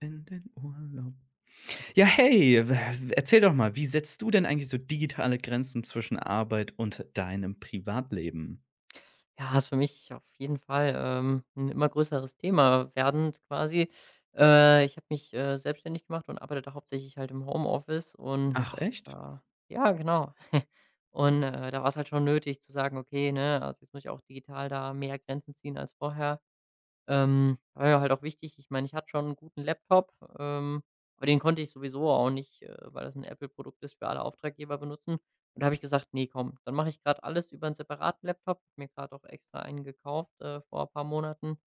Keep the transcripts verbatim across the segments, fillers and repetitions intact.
In den Urlaub. Ja, hey, w erzähl doch mal, wie setzt du denn eigentlich so digitale Grenzen zwischen Arbeit und deinem Privatleben? Ja, ist für mich auf jeden Fall, ähm, 'n immer größeres Thema werdend quasi. Äh, ich habe mich, äh, selbstständig gemacht und arbeite da hauptsächlich halt im Homeoffice und Ach ja, echt? äh ja, genau. Und, äh, da war es halt schon nötig zu sagen: „Okay, ne, also jetzt muss ich auch digital da mehr Grenzen ziehen als vorher.“ ähm, War ja halt auch wichtig. Ich meine, ich hatte schon einen guten Laptop, ähm, aber den konnte ich sowieso auch nicht, äh, weil das ein Apple-Produkt ist, für alle Auftraggeber benutzen. Und da habe ich gesagt: nee komm, dann mache ich gerade alles über einen separaten Laptop.“ Habe mir gerade auch extra einen gekauft, äh, vor ein paar Monaten.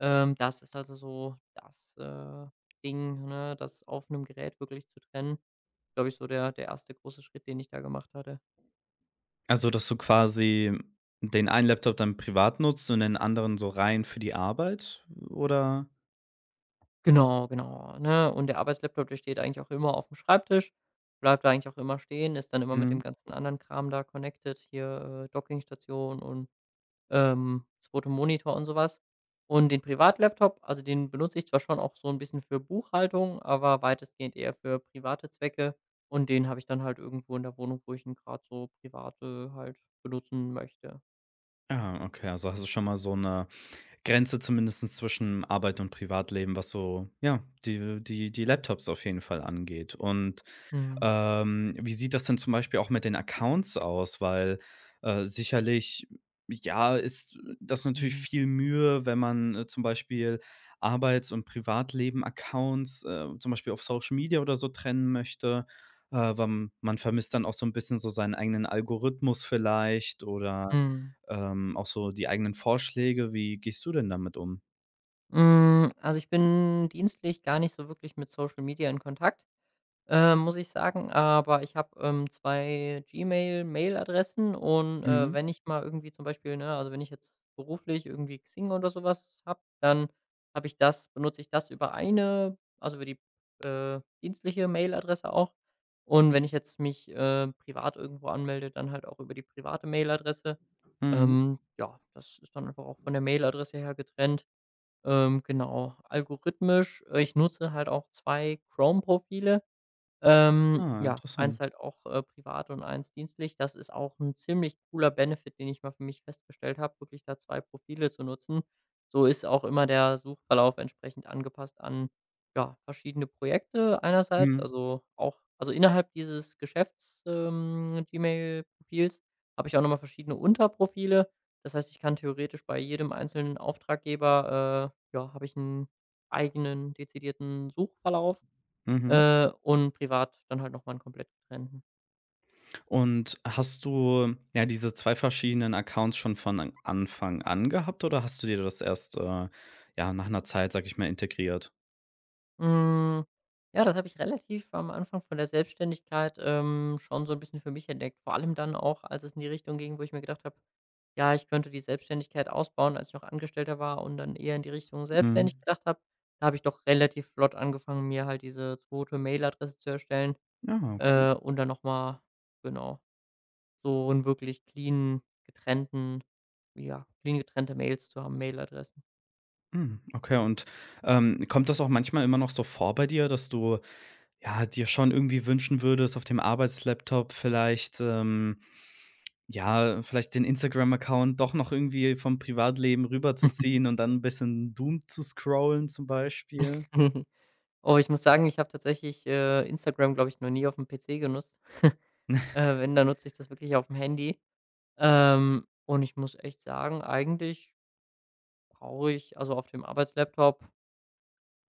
Ähm, das ist also so das, äh, Ding, ne, das auf einem Gerät wirklich zu trennen. Glaube ich, so der der erste große Schritt, den ich da gemacht hatte. Also, dass du quasi den einen Laptop dann privat nutzt und den anderen so rein für die Arbeit oder Genau, genau, ne? Und der Arbeitslaptop, der steht eigentlich auch immer auf dem Schreibtisch, bleibt da eigentlich auch immer stehen, ist dann immer mit dem mhm. ganzen anderen Kram da connected, hier, äh, Dockingstation und, ähm, zweiter. Monitor und sowas. Und den Privatlaptop, also den benutze ich zwar schon auch so ein bisschen für Buchhaltung, aber weitestgehend eher für private Zwecke und den habe ich dann halt irgendwo in der Wohnung, wo ich ihn gerade so private halt benutzen möchte. Ah, okay, also hast du schon mal so eine Grenze zumindest zwischen Arbeit und Privatleben, was so, ja, die die die Laptops auf jeden Fall angeht und Mhm, Ähm, wie sieht das denn zum Beispiel auch mit den Accounts aus? Weil, äh, sicherlich, ja, ist das natürlich mhm, viel Mühe, wenn man, äh, zum Beispiel Arbeits und Privatleben-Accounts, äh, zum Beispiel auf Social Media oder so trennen möchte, äh, weil m man vermisst dann auch so ein bisschen so seinen eigenen Algorithmus vielleicht oder, mhm. ähm, auch so die eigenen Vorschläge. Wie gehst du denn damit um? Hm, also, ich bin dienstlich gar nicht so wirklich mit Social Media in Kontakt, äh, muss ich sagen, aber ich habe, ähm, zwei Gmail-Mailadressen und, äh, Mhm, wenn ich mal irgendwie zum Beispiel, ne also, wenn ich jetzt beruflich irgendwie Xing oder sowas was habe, dann habe ich das benutze ich das über eine also, über die, äh, dienstliche Mailadresse auch. Und wenn ich jetzt mich, äh, privat irgendwo anmelde, dann halt auch über die private Mailadresse. mhm. Ähm, ja, das ist dann einfach auch von der Mailadresse her getrennt. Ähm, genau, algorithmisch äh, ich nutze halt auch zwei Chrome-Profile. Ähm, Ah, Ja, interessant. eins halt auch, äh, privat und eins dienstlich. Das ist auch ein ziemlich cooler Benefit, den ich mal für mich festgestellt habe, wirklich da zwei Profile zu nutzen. So ist auch immer der Suchverlauf entsprechend angepasst an, ja, verschiedene Projekte einerseits, Mhm, also auch also innerhalb dieses Geschäfts ähm, Gmail-Profils habe ich auch noch mal verschiedene Unterprofile. Das heißt, ich kann theoretisch bei jedem einzelnen Auftraggeber äh, ja, habe ich einen eigenen dezidierten Suchverlauf. mhm. Äh, und privat dann halt noch mal 'n komplett getrennten. Und hast du, ja, diese zwei verschiedenen Accounts schon von an Anfang an gehabt oder hast du dir das erst, äh, ja, nach einer Zeit, sag ich mal, integriert? Hm, ja, das habe ich relativ am Anfang von der Selbstständigkeit, ähm, schon so ein bisschen für mich entdeckt. Vor allem dann auch, als es in die Richtung ging, wo ich mir gedacht habe: „Ja, ich könnte die Selbstständigkeit ausbauen“, als ich noch Angestellter war und dann eher in die Richtung Mhm. selbstständig gedacht habe. Da habe ich doch relativ flott angefangen, mir halt diese zweite Mailadresse zu erstellen, Ja, okay. äh, und dann noch mal genau, so 'n wirklich clean getrennten ja, clean getrennte Mails zu haben, Mailadressen. Mhm, okay, und, ähm, kommt das auch manchmal immer noch so vor bei dir, dass du, ja, dir schon irgendwie wünschen würdest, auf dem Arbeitslaptop vielleicht, ähm, ja, vielleicht den Instagram-Account doch noch irgendwie vom Privatleben rüberzuziehen und dann ein bisschen Doom zu scrollen zum Beispiel? Oh, ich muss sagen, ich habe tatsächlich, äh, Instagram, glaube ich, noch nie auf auf'm P C genutzt. Äh, wenn, dann nutze ich das wirklich auf dem Handy. Ähm, und ich muss echt sagen, eigentlich brauche ich also, auf dem Arbeitslaptop,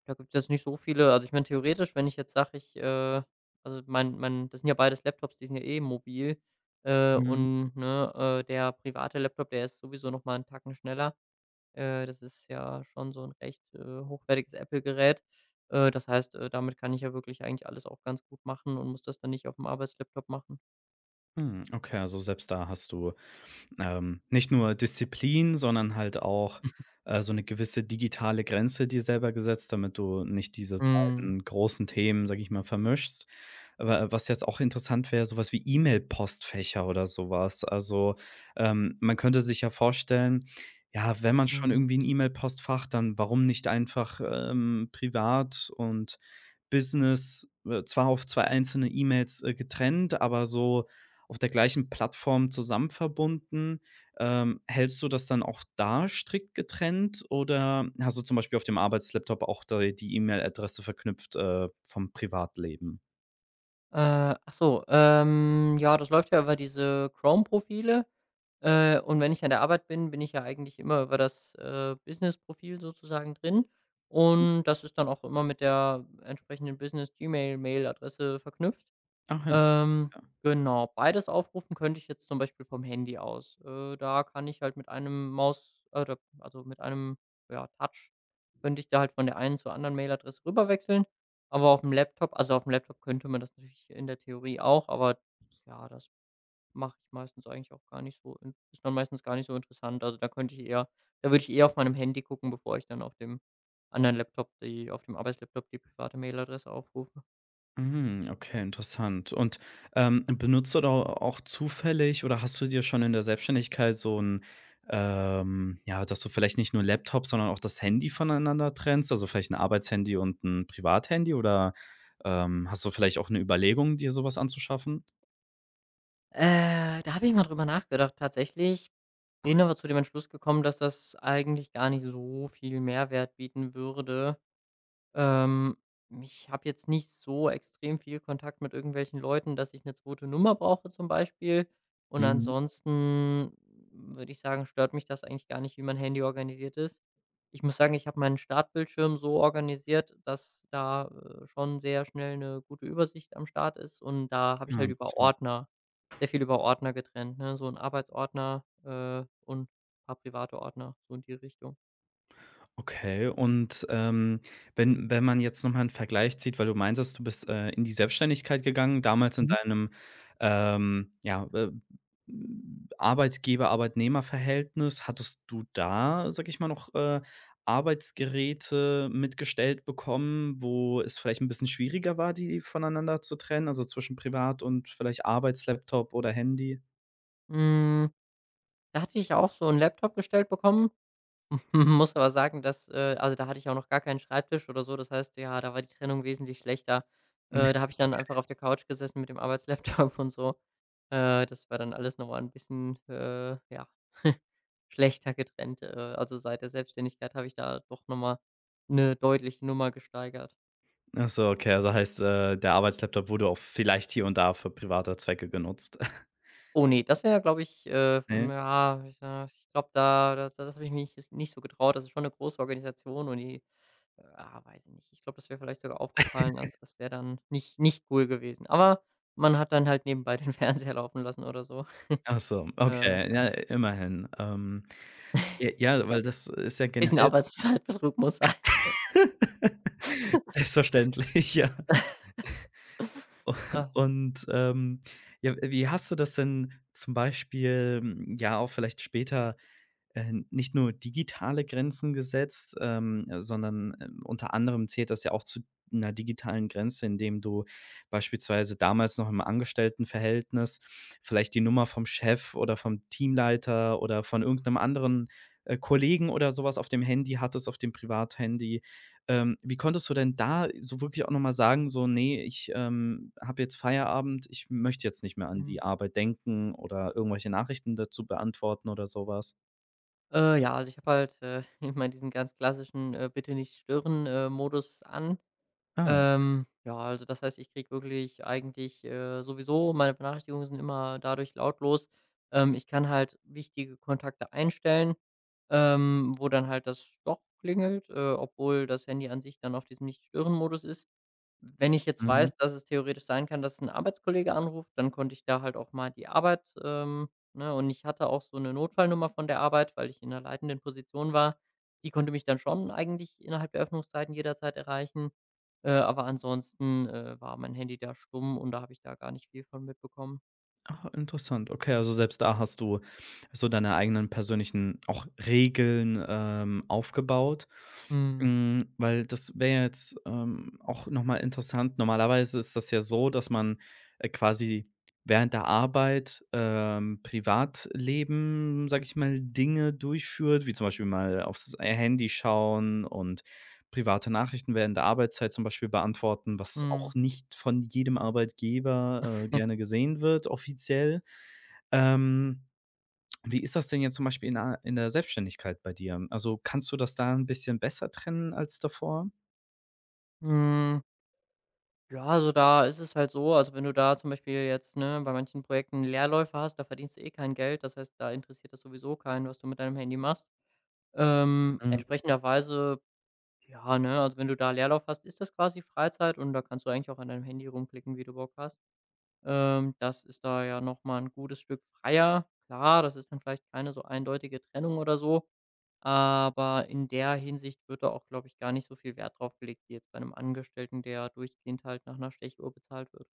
da gibt es jetzt nicht so viele also, ich meine, theoretisch, wenn ich jetzt sage, ich, äh also, mein mein das sind ja beides Laptops, die sind ja eh mobil, äh, und, ne, äh, der private Laptop, der ist sowieso noch mal 'n Tacken schneller. Äh, das ist ja schon so ein recht, äh, hochwertiges Apple-Gerät. Äh, das heißt, äh, damit kann ich ja wirklich eigentlich alles auch ganz gut machen und muss das dann nicht auf dem Arbeitslaptop machen. Hm, okay, also selbst da hast du, ähm, nicht nur Disziplin, sondern halt auch, äh, so eine gewisse digitale Grenze dir selber gesetzt, damit du nicht diese Mhm, beiden großen Themen, sage ich mal, vermischst. Aber äh, was jetzt auch interessant wäre, sowas wie E-Mail-Postfächer oder sowas. Also, ähm, man könnte sich ja vorstellen, ja, wenn man schon mhm. irgendwie ein E-Mail-Postfach, dann warum nicht einfach, ähm, privat und Business, äh, zwar auf zwei einzelne E-Mails, äh, getrennt, aber so auf der gleichen Plattform zusammen verbunden. Ähm, hältst du das dann auch da strikt getrennt oder hast du zum Beispiel auf dem Arbeitslaptop auch da die E-Mail-Adresse verknüpft, äh, vom Privatleben? Äh, ach so, ähm, ja, das läuft ja über diese Chrome-Profile, äh, und wenn ich an der Arbeit bin, bin ich ja eigentlich immer über das, äh, Business-Profil sozusagen drin Hm. und das ist dann auch immer mit der entsprechenden Business-Gmail-Mail-Adresse verknüpft. Ach, interessant, Ähm, ja. genau, beides aufrufen könnte ich jetzt zum Beispiel vom Handy aus. Äh, da kann ich halt mit einem Maus oder also mit einem, ja, Touch könnte ich da halt von der einen zur anderen Mailadresse rüberwechseln. Aber auf dem Laptop also auf dem Laptop könnte man das natürlich in der Theorie auch, aber ja, das mache ich meistens eigentlich auch gar nicht so in ist dann meistens gar nicht so interessant. Also, da könnte ich eher da würde ich eher auf meinem Handy gucken, bevor ich dann auf dem anderen Laptop die auf dem Arbeitslaptop die private Mailadresse aufrufe. Mhm, okay, interessant. Und, ähm, benutzt du da auch zufällig oder hast du dir schon in der Selbstständigkeit so ein, ähm ja, dass du vielleicht nicht nur Laptop, sondern auch das Handy voneinander trennst, also vielleicht ein Arbeitshandy und ein Privathandy oder, ähm, hast du vielleicht auch eine Überlegung, dir sowas anzuschaffen? Äh, da habe ich mal drüber nachgedacht tatsächlich, bin aber zu dem Entschluss gekommen, dass das eigentlich gar nicht so viel Mehrwert bieten würde. Ähm, Ich habe jetzt nicht so extrem viel Kontakt mit irgendwelchen Leuten, dass ich eine zweite Nummer brauche zum Beispiel. Und Mhm. ansonsten würde ich sagen, stört mich das eigentlich gar nicht, wie mein Handy organisiert ist. Ich muss sagen, ich habe meinen Startbildschirm so organisiert, dass da, äh, schon sehr schnell eine gute Übersicht am Start ist und da habe ich Ja, halt über interessant. Ordner sehr viel über Ordner getrennt, ne? So ein Arbeitsordner, äh, und ein paar private Ordner, so in die Richtung. Okay, und, ähm, wenn wenn man jetzt noch mal 'n Vergleich zieht, weil du meintest, du bist, äh, in die Selbstständigkeit gegangen, damals in Mhm. deinem, ähm, ja, äh, Arbeitgeber-Arbeitnehmer-Verhältnis. Hattest du da, sage ich mal, noch, äh, Arbeitsgeräte mitgestellt bekommen, wo es vielleicht ein bisschen schwieriger war, die voneinander zu trennen, also zwischen privat und vielleicht Arbeitslaptop oder Handy? Hm. Da hatte ich auch so 'n Laptop gestellt bekommen, muss aber sagen, dass äh, also, da hatte ich auch noch gar keinen Schreibtisch oder so. Das heißt, ja, da war die Trennung wesentlich schlechter. Äh, da habe ich dann einfach auf der Couch gesessen mit dem Arbeitslaptop und so. Äh, das war dann alles noch mal 'n bisschen, äh, ja, schlechter getrennt. Äh, also, seit der Selbstständigkeit habe ich da doch noch mal 'ne deutliche Nummer gesteigert. Ach so, okay, also heißt, äh, der Arbeitslaptop wurde auch vielleicht hier und da für private Zwecke genutzt. Oh ne, das wäre, glaube ich, äh, hm, Ne? ja, ich, äh ich glaube, da da das habe ich mich jetzt nicht so getraut. Das ist schon 'ne große Organisation und die Äh, Ah, weiß ich nicht. Ich glaube, das wäre vielleicht sogar aufgefallen. Also, das wäre dann nicht nicht cool gewesen. Aber man hat dann halt nebenbei den Fernseher laufen lassen oder so. Ach so, Äh, okay, ja. ja, immerhin. Ähm, j ja, weil das ist ja Bisschen generell Arbeitszeitbetrug muss sein. selbstverständlich, ja. U Ah, Und, ähm, ja, wie hast du das denn zum Beispiel, hm, ja, auch vielleicht später äh, nicht nur digitale Grenzen gesetzt, ähm, äh, sondern, ähm, unter anderem zählt das ja auch zu einer digitalen Grenze, indem du beispielsweise damals noch im Angestelltenverhältnis vielleicht die Nummer vom Chef oder vom Teamleiter oder von irgendeinem anderen, äh, Kollegen oder sowas auf dem Handy hattest, auf dem Privathandy. Ähm, wie konntest du denn da so wirklich auch noch mal sagen, so: „Nee, ich, ähm, habe jetzt Feierabend, ich möchte jetzt nicht mehr an mhm. die Arbeit denken oder irgendwelche Nachrichten dazu beantworten“ oder sowas? Äh, ja, also ich habe halt, äh, immer diesen ganz klassischen, äh, „Bitte nicht stören“, äh, Modus an. Ah. Ähm, ja, also das heißt, ich kriege wirklich eigentlich, äh, sowieso meine Benachrichtigungen sind immer dadurch lautlos. Ähm, ich kann halt wichtige Kontakte einstellen, ähm, wo dann halt das doch klingelt, äh, obwohl das Handy an sich dann auf diesem Nicht-Stören-Modus ist. Wenn ich jetzt Mhm. weiß, dass es theoretisch sein kann, dass ein Arbeitskollege anruft, dann konnte ich da halt auch mal die Arbeit, ähm ne, und ich hatte auch so eine Notfallnummer von der Arbeit, weil ich in 'ner leitenden Position war. Die konnte mich dann schon eigentlich innerhalb der Öffnungszeiten jederzeit erreichen. Äh, aber ansonsten, äh, war mein Handy da stumm und da habe ich da gar nicht viel von mitbekommen. Ach, interessant. Okay, also selbst da hast du so deine eigenen persönlichen auch Regeln, ähm, aufgebaut. Mhm. Hm, weil das wäre ja jetzt, ähm, auch noch mal interessant. Normalerweise ist das ja so, dass man, äh, quasi während der Arbeit, ähm, Privatleben, sage ich mal, Dinge durchführt, wie zum Beispiel mal aufs Handy schauen und private Nachrichten während der Arbeitszeit zum Beispiel beantworten, was auch Mhm. nicht von jedem Arbeitgeber, äh, gerne gesehen wird offiziell. Ähm, Wie ist das denn jetzt zum Beispiel in der in der Selbstständigkeit bei dir? Also, kannst du das da ein bisschen besser trennen als davor? Hm, ja, also, da ist es halt so also, wenn du da zum Beispiel jetzt, ne, bei manchen Projekten Leerläufe hast, da verdienst du eh kein Geld. Das heißt, da interessiert das sowieso keinen, was du mit deinem Handy machst. Ähm, Mhm, Entsprechenderweise, ja, ne, also wenn du da Leerlauf hast, ist das quasi Freizeit und da kannst du eigentlich auch an deinem Handy rumklicken, wie du Bock hast. Ähm, das ist da ja noch mal 'n gutes Stück freier. Klar, das ist dann vielleicht keine so eindeutige Trennung oder so, aber in der Hinsicht wird da auch, glaube ich, gar nicht so viel Wert drauf gelegt wie jetzt bei einem Angestellten, der durchgehend halt nach einer Stechuhr bezahlt wird.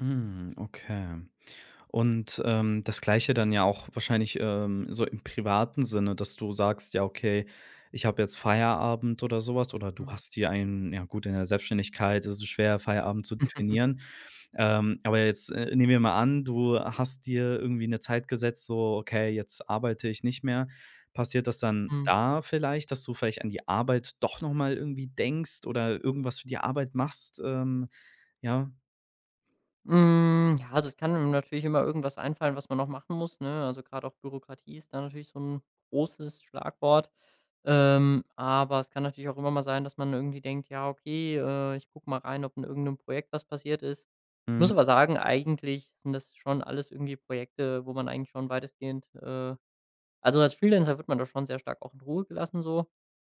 mhm, okay. Und, ähm, das Gleiche dann ja auch wahrscheinlich, ähm, so im privaten Sinne, dass du sagst: „Ja, okay, ich habe jetzt Feierabend“ oder sowas, oder du Mhm. hast hier einen ja gut, in der Selbstständigkeit ist es schwer, Feierabend zu definieren. Ähm, aber jetzt, äh, nehmen wir mal an, du hast dir irgendwie eine Zeit gesetzt, so: „Okay, jetzt arbeite ich nicht mehr.“ Passiert das dann da vielleicht, dass du vielleicht an die Arbeit doch noch mal irgendwie denkst oder irgendwas für die Arbeit machst? Ähm, ja? Hm, ja, also es kann einem natürlich immer irgendwas einfallen, was man noch machen muss, ne? Also gerade auch Bürokratie ist da natürlich so ein großes Schlagwort. Ähm, aber es kann natürlich auch immer mal sein, dass man irgendwie denkt: „Ja, okay, äh, ich gucke mal rein, ob in irgendeinem Projekt was passiert ist.“ Ich muss Mhm. aber sagen, eigentlich sind das schon alles irgendwie Projekte, wo man eigentlich schon weitestgehend, äh also, als Freelancer wird man da schon sehr stark auch in Ruhe gelassen so.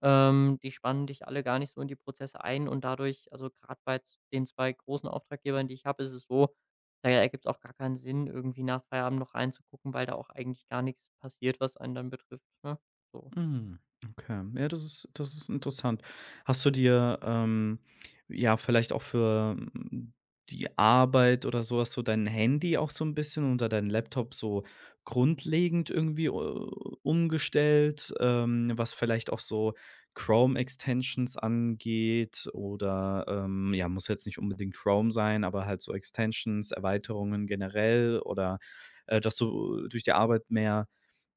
Ähm, die spannen dich alle gar nicht so in die Prozesse ein und dadurch also, gerade bei z den zwei großen Auftraggebern, die ich habe, ist es so, da ergibt es auch gar keinen Sinn, irgendwie nach Feierabend noch reinzugucken, weil da auch eigentlich gar nichts passiert, was einen dann betrifft, ne? So. Mhm, okay. Ja, das ist das ist interessant. Hast du dir, ähm, ja, vielleicht auch für, hm, die Arbeit oder so hast du dein Handy auch so ein bisschen unter deinen Laptop so grundlegend irgendwie, äh, umgestellt, ähm, was vielleicht auch so Chrome-Extensions angeht oder, ähm ja, muss jetzt nicht unbedingt Chrome sein, aber halt so Extensions, Erweiterungen generell oder, äh, dass du äh, durch die Arbeit mehr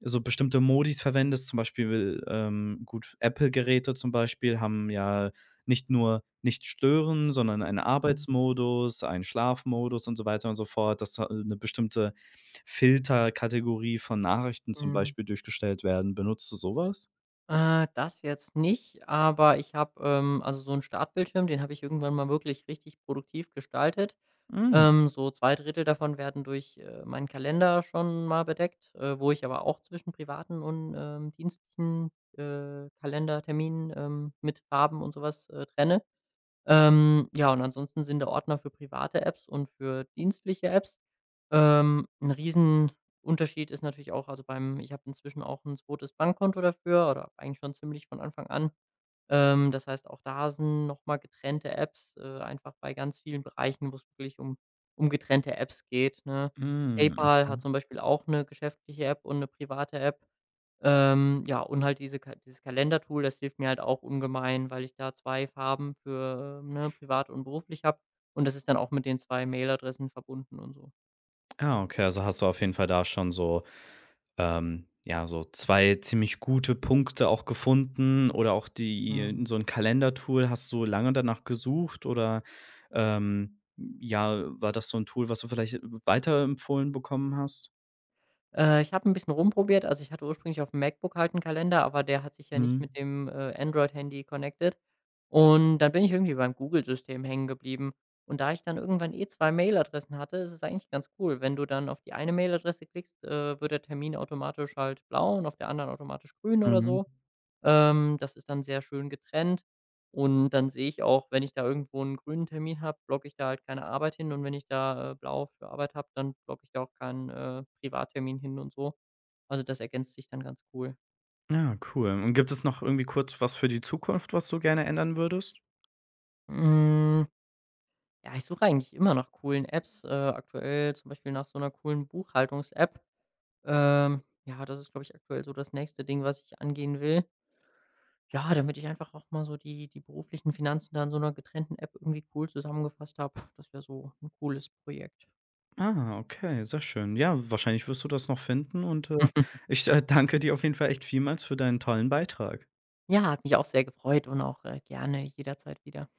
so bestimmte Modis verwendest, zum Beispiel, ähm, gut, Apple-Geräte zum Beispiel haben ja nicht nur nicht stören, sondern einen Mhm. Arbeitsmodus, einen Schlafmodus und so weiter und so fort, dass da 'ne bestimmte Filterkategorie von Nachrichten zum Mhm. Beispiel durchgestellt werden. Benutzt du sowas? Was? Äh, das jetzt nicht, aber ich habe, ähm also, so 'n Startbildschirm, den habe ich irgendwann mal wirklich richtig produktiv gestaltet. Hm, Ähm, so zwei Drittel davon werden durch, äh, meinen Kalender schon mal bedeckt, äh, wo ich aber auch zwischen privaten und, ähm, dienstlichen, äh, Kalenderterminen, ähm, mit Farben und sowas äh, trenne. Ähm, ja, und ansonsten sind der Ordner für private Apps und für dienstliche Apps. Ähm, 'n Riesenunterschied ist natürlich auch also, beim ich habe inzwischen auch ein zweites Bankkonto dafür oder eigentlich schon ziemlich von Anfang an. Ähm, das heißt, auch da sind noch mal getrennte Apps, äh, einfach bei ganz vielen Bereichen, wo es wirklich um um getrennte Apps geht, ne? mhm, PayPal okay. hat zum Beispiel auch eine geschäftliche App und eine private App. Ähm, ja, und halt diese Ka dieses Kalendertool, das hilft mir halt auch ungemein, weil ich da zwei Farben für, ähm, ne, privat und beruflich habe und das ist dann auch mit den zwei Mailadressen verbunden und so. Ah, okay, also hast du auf jeden Fall da schon so ähm, ja, so zwei ziemlich gute Punkte auch gefunden oder auch die Mhm. so ein Kalendertool. Hast du lange danach gesucht oder, ähm, ja, war das so ein Tool, was du vielleicht weiterempfohlen bekommen hast? Äh, ich habe ein bisschen rumprobiert. Also, ich hatte ursprünglich auf dem MacBook halt einen Kalender, aber der hat sich ja nicht Mhm, mit dem, äh, Android-Handy connected und dann bin ich irgendwie beim Google-System hängen geblieben und da ich dann irgendwann eh zwei Mailadressen hatte, ist es eigentlich ganz cool. Wenn du dann auf die eine Mailadresse klickst, äh, wird der Termin automatisch halt blau und auf der anderen automatisch grün oder mhm. so. Ähm, das ist dann sehr schön getrennt und dann sehe ich auch, wenn ich da irgendwo einen grünen Termin habe, blocke ich da halt keine Arbeit hin und wenn ich da, äh, blau für Arbeit habe, dann blocke ich da auch keinen, äh, Privattermin hin und so. Also, das ergänzt sich dann ganz cool. Ja, cool. Und gibt es noch irgendwie kurz was für die Zukunft, was du gerne ändern würdest? Hm, ja, ich suche eigentlich immer nach coolen Apps, äh, aktuell zum Beispiel nach so einer coolen Buchhaltungs-App. Ähm, ja, das ist, glaube ich, aktuell so das nächste Ding, was ich angehen will. Ja, damit ich einfach auch mal so die die beruflichen Finanzen da in so einer getrennten App irgendwie cool zusammengefasst habe. Das wäre so ein cooles Projekt. Ah, okay, sehr schön. Ja, wahrscheinlich wirst du das noch finden und, äh, ich, äh, danke dir auf jeden Fall echt vielmals für deinen tollen Beitrag. Ja, hat mich auch sehr gefreut und auch, äh, gerne jederzeit wieder.